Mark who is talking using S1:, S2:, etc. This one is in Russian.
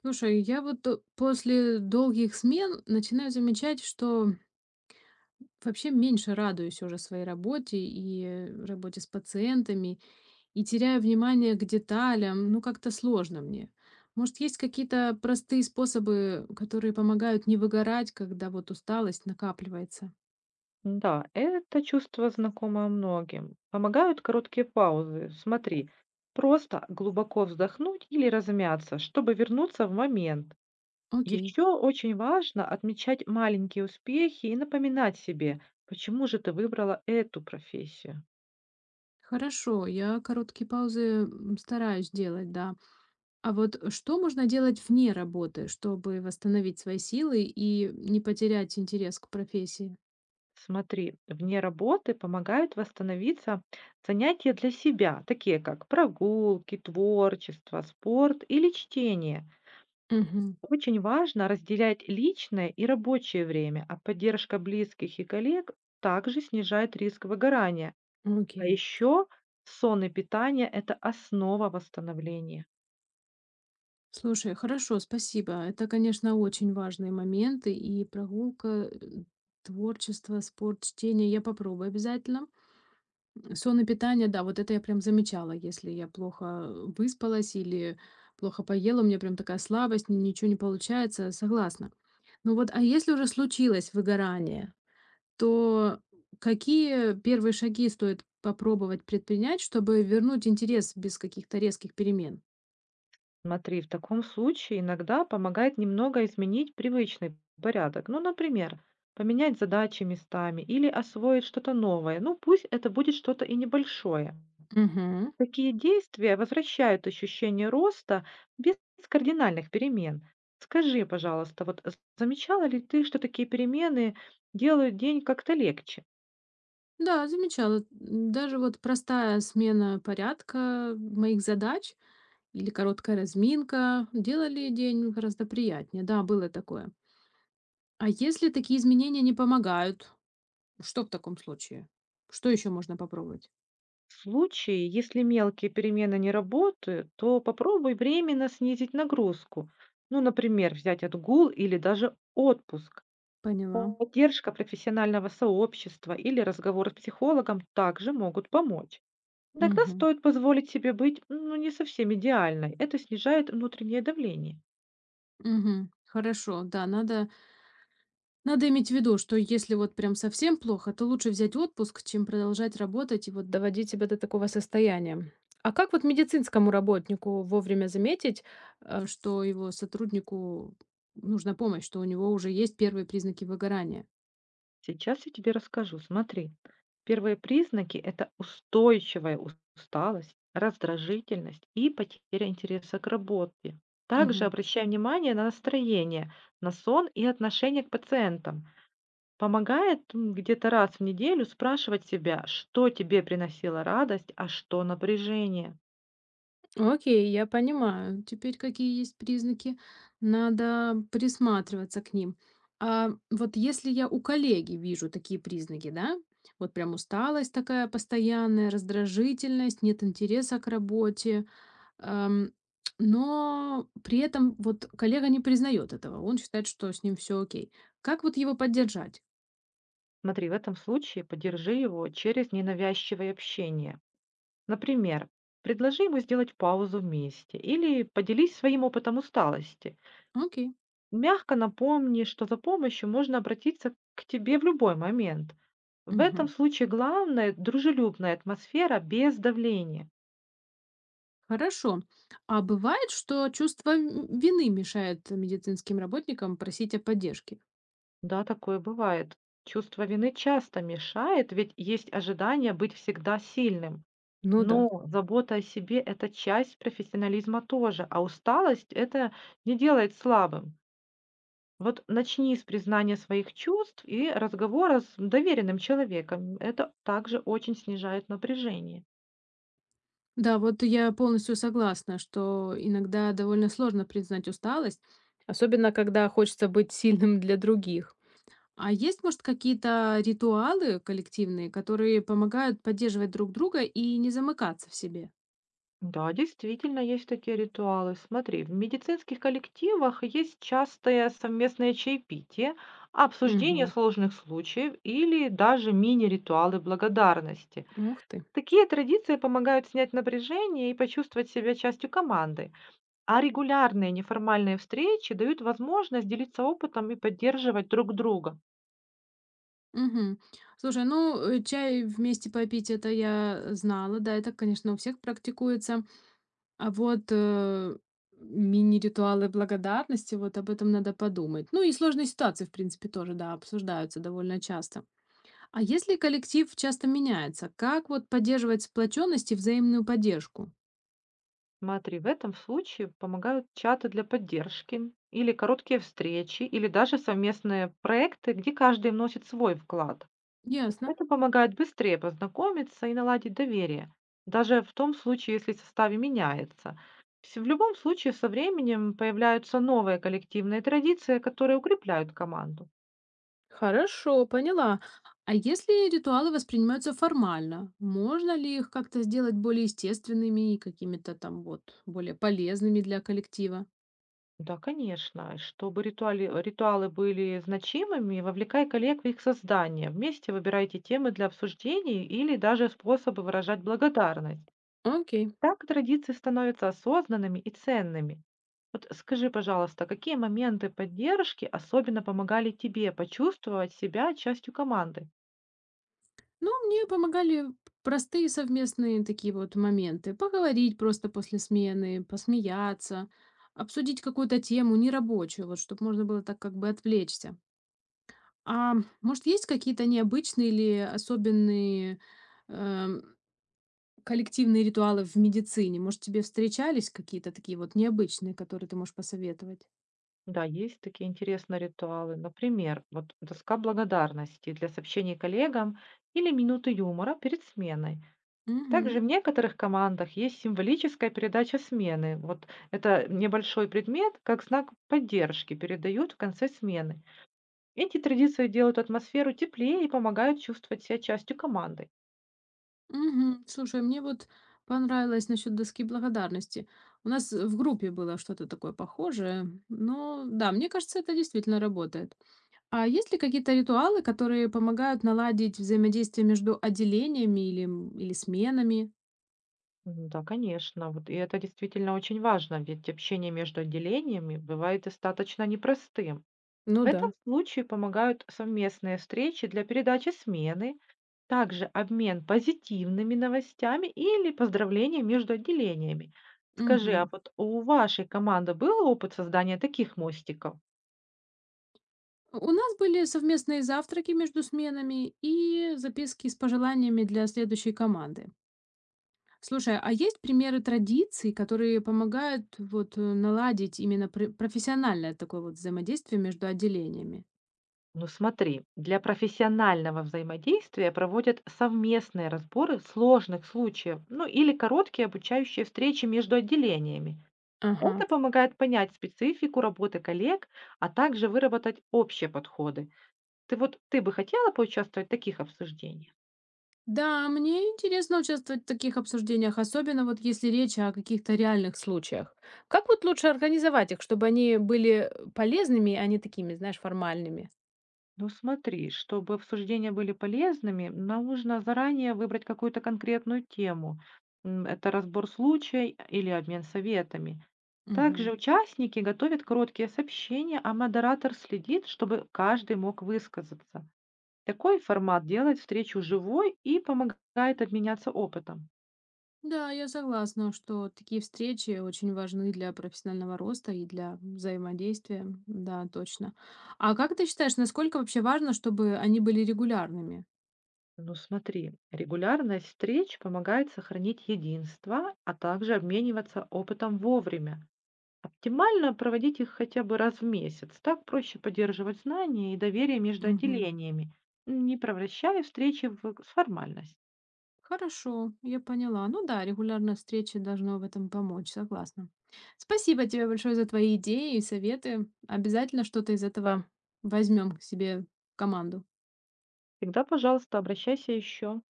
S1: Слушай, я вот после долгих смен начинаю замечать, что вообще меньше радуюсь уже своей работе и работе с пациентами, и теряю внимание к деталям, ну как-то сложно мне. Может, есть какие-то простые способы, которые помогают не выгорать, когда вот усталость накапливается?
S2: Да, это чувство знакомо многим. Помогают короткие паузы. Смотри, просто глубоко вздохнуть или размяться, чтобы вернуться в момент.
S1: Окей,
S2: Еще очень важно отмечать маленькие успехи и напоминать себе, почему же ты выбрала эту профессию.
S1: хорошо, я короткие паузы стараюсь делать, да. А вот что можно делать вне работы, чтобы восстановить свои силы и не потерять интерес к профессии?
S2: Смотри, вне работы помогают восстановиться занятия для себя, такие как прогулки, творчество, спорт или чтение.
S1: Мгм.
S2: Очень важно разделять личное и рабочее время, а поддержка близких и коллег также снижает риск выгорания. А
S1: Окей.
S2: еще сон и питание– это основа восстановления.
S1: Слушай, хорошо, спасибо. Это, конечно, очень важные моменты. И прогулка, творчество, спорт, чтение. Я попробую обязательно. Сон и питание, да, вот это я прям замечала. Если я плохо выспалась или плохо поела, у меня прям такая слабость, ничего не получается. Согласна. Ну вот, а если уже случилось выгорание, то какие первые шаги стоит попробовать предпринять, чтобы вернуть интерес без каких-то резких перемен?
S2: Смотри, в таком случае иногда помогает немного изменить привычный порядок. Ну, например, поменять задачи местами или освоить что-то новое. Ну, пусть это будет что-то и небольшое.
S1: Мгм.
S2: Такие действия возвращают ощущение роста без кардинальных перемен. Скажи, пожалуйста, вот замечала ли ты, что такие перемены делают день как-то легче?
S1: Да, замечала. Даже вот простая смена порядка моих задач или короткая разминка делали день гораздо приятнее. Да, было такое. А если такие изменения не помогают, что в таком случае? Что еще можно попробовать?
S2: В случае, если мелкие перемены не работают, то попробуй временно снизить нагрузку. Ну, например, взять отгул или даже отпуск.
S1: Поняла.
S2: Поддержка профессионального сообщества или разговор с психологом также могут помочь. Иногда
S1: Мгм.
S2: стоит позволить себе быть, ну, не совсем идеальной. Это снижает внутреннее давление.
S1: Мгм. Хорошо, да, надо иметь в виду, что если вот прям совсем плохо, то лучше взять отпуск, чем продолжать работать и вот доводить себя до такого состояния. А как вот медицинскому работнику вовремя заметить, что его сотруднику нужна помощь, что у него уже есть первые признаки выгорания?
S2: Сейчас я тебе расскажу. Смотри. Первые признаки– это устойчивая усталость, раздражительность и потеря интереса к работе. Также
S1: Мгм.
S2: обращай внимание на настроение, на сон и отношение к пациентам. Помогает где-то раз в неделю спрашивать себя, что тебе приносило радость, а что напряжение.
S1: Ну, окей, я понимаю. Теперь какие есть признаки, надо присматриваться к ним. А вот если я у коллеги вижу такие признаки, да, вот прям усталость такая постоянная, раздражительность, нет интереса к работе, ам, но при этом вот коллега не признает этого, он считает, что с ним все окей. Как вот его поддержать?
S2: Смотри, в этом случае поддержи его через ненавязчивое общение. Например, предложи ему сделать паузу вместе или поделись своим опытом усталости.
S1: Окей,
S2: Мягко напомни, что за помощью можно обратиться к тебе в любой момент. В этом
S1: мгм,
S2: случае главное– дружелюбная атмосфера без давления.
S1: хорошо. А бывает, что чувство вины мешает медицинским работникам просить о поддержке?
S2: Да, такое бывает. Чувство вины часто мешает, ведь есть ожидание быть всегда сильным.
S1: Ну да.
S2: Но забота о себе– это часть профессионализма тоже, а усталость– это не делает слабым. Вот начни с признания своих чувств и разговора с доверенным человеком. Это также очень снижает напряжение.
S1: Да, вот я полностью согласна, что иногда довольно сложно признать усталость, особенно когда хочется быть сильным для других. А есть, может, какие-то ритуалы коллективные, которые помогают поддерживать друг друга и не замыкаться в себе?
S2: Да, действительно, есть такие ритуалы. Смотри, в медицинских коллективах есть частое совместное чаепитие, обсуждение
S1: Угу.
S2: сложных случаев или даже мини-ритуалы благодарности.
S1: Ух ты.
S2: Такие традиции помогают снять напряжение и почувствовать себя частью команды. А регулярные неформальные встречи дают возможность делиться опытом и поддерживать друг друга.
S1: Мгм. Слушай, ну, чай вместе попить, это я знала, да, это, конечно, у всех практикуется. А вот, мини-ритуалы благодарности, вот об этом надо подумать. Ну и сложные ситуации, в принципе, тоже, да, обсуждаются довольно часто. А если коллектив часто меняется, как вот поддерживать сплоченность и взаимную поддержку?
S2: Смотри, в этом случае помогают чаты для поддержки, или короткие встречи, или даже совместные проекты, где каждый вносит свой вклад.
S1: Ясно.
S2: Это помогает быстрее познакомиться и наладить доверие, даже в том случае, если составе меняется. В любом случае, со временем появляются новые коллективные традиции, которые укрепляют команду.
S1: Хорошо, поняла. А если ритуалы воспринимаются формально, можно ли их как-то сделать более естественными и какими-то там вот более полезными для коллектива?
S2: Да, конечно. И чтобы ритуалы были значимыми, вовлекай коллег в их создание. Вместе выбирайте темы для обсуждений или даже способы выражать благодарность.
S1: Окей.
S2: Так традиции становятся осознанными и ценными. Вот скажи, пожалуйста, какие моменты поддержки особенно помогали тебе почувствовать себя частью команды?
S1: Ну, мне помогали простые совместные такие вот моменты. Поговорить просто после смены, посмеяться, обсудить какую-то тему нерабочую, вот чтобы можно было так как бы отвлечься. А может, есть какие-то необычные или особенные эм, коллективные ритуалы в медицине? Может, тебе встречались какие-то такие вот необычные, которые ты можешь посоветовать?
S2: Да, есть такие интересные ритуалы. Например, вот доска благодарности для сообщений коллегам или минуты юмора перед сменой.
S1: Мгм.
S2: Также в некоторых командах есть символическая передача смены. Вот это небольшой предмет, как знак поддержки, передают в конце смены. Эти традиции делают атмосферу теплее и помогают чувствовать себя частью команды.
S1: Мгм. Слушай, мне вот понравилось насчет доски благодарности. У нас в группе было что-то такое похожее. Ну, да, мне кажется, это действительно работает. А есть ли какие-то ритуалы, которые помогают наладить взаимодействие между отделениями или, или сменами?
S2: Да, конечно. Вот, и это действительно очень важно, ведь общение между отделениями бывает достаточно непростым.
S1: Ну
S2: В этом
S1: да.
S2: случае помогают совместные встречи для передачи смены, также обмен позитивными новостями или поздравления между отделениями. Скажи, а
S1: Мгм.
S2: вот у вашей команды был опыт создания таких мостиков?
S1: У нас были совместные завтраки между сменами и записки с пожеланиями для следующей команды. Слушай, а есть примеры традиций, которые помогают вот наладить именно профессиональное такое вот взаимодействие между отделениями?
S2: Ну смотри, для профессионального взаимодействия проводят совместные разборы сложных случаев, ну или короткие обучающие встречи между отделениями.
S1: Ага.
S2: Это помогает понять специфику работы коллег, а также выработать общие подходы. Ты вот ты бы хотела поучаствовать в таких обсуждениях?
S1: Да, мне интересно участвовать в таких обсуждениях, особенно вот если речь о каких-то реальных случаях. Как вот лучше организовать их, чтобы они были полезными, а не такими, знаешь, формальными?
S2: Ну смотри, чтобы обсуждения были полезными, нам нужно заранее выбрать какую-то конкретную тему. Это разбор случая или обмен советами. Также
S1: Мгм.
S2: участники готовят короткие сообщения, а модератор следит, чтобы каждый мог высказаться. Такой формат делает встречу живой и помогает обменяться опытом.
S1: Да, я согласна, что такие встречи очень важны для профессионального роста и для взаимодействия. Да, точно. А как ты считаешь, насколько вообще важно, чтобы они были регулярными?
S2: Ну смотри, регулярность встреч помогает сохранить единство, а также обмениваться опытом вовремя. Оптимально проводить их хотя бы раз в месяц. Так проще поддерживать знания и доверие между
S1: Мгм.
S2: отделениями, не превращая встречи в формальность.
S1: Хорошо, я поняла. Ну да, регулярная встреча должна в этом помочь, согласна. Спасибо тебе большое за твои идеи и советы. Обязательно что-то из этого возьмем к себе в команду.
S2: Всегда, пожалуйста, обращайся еще.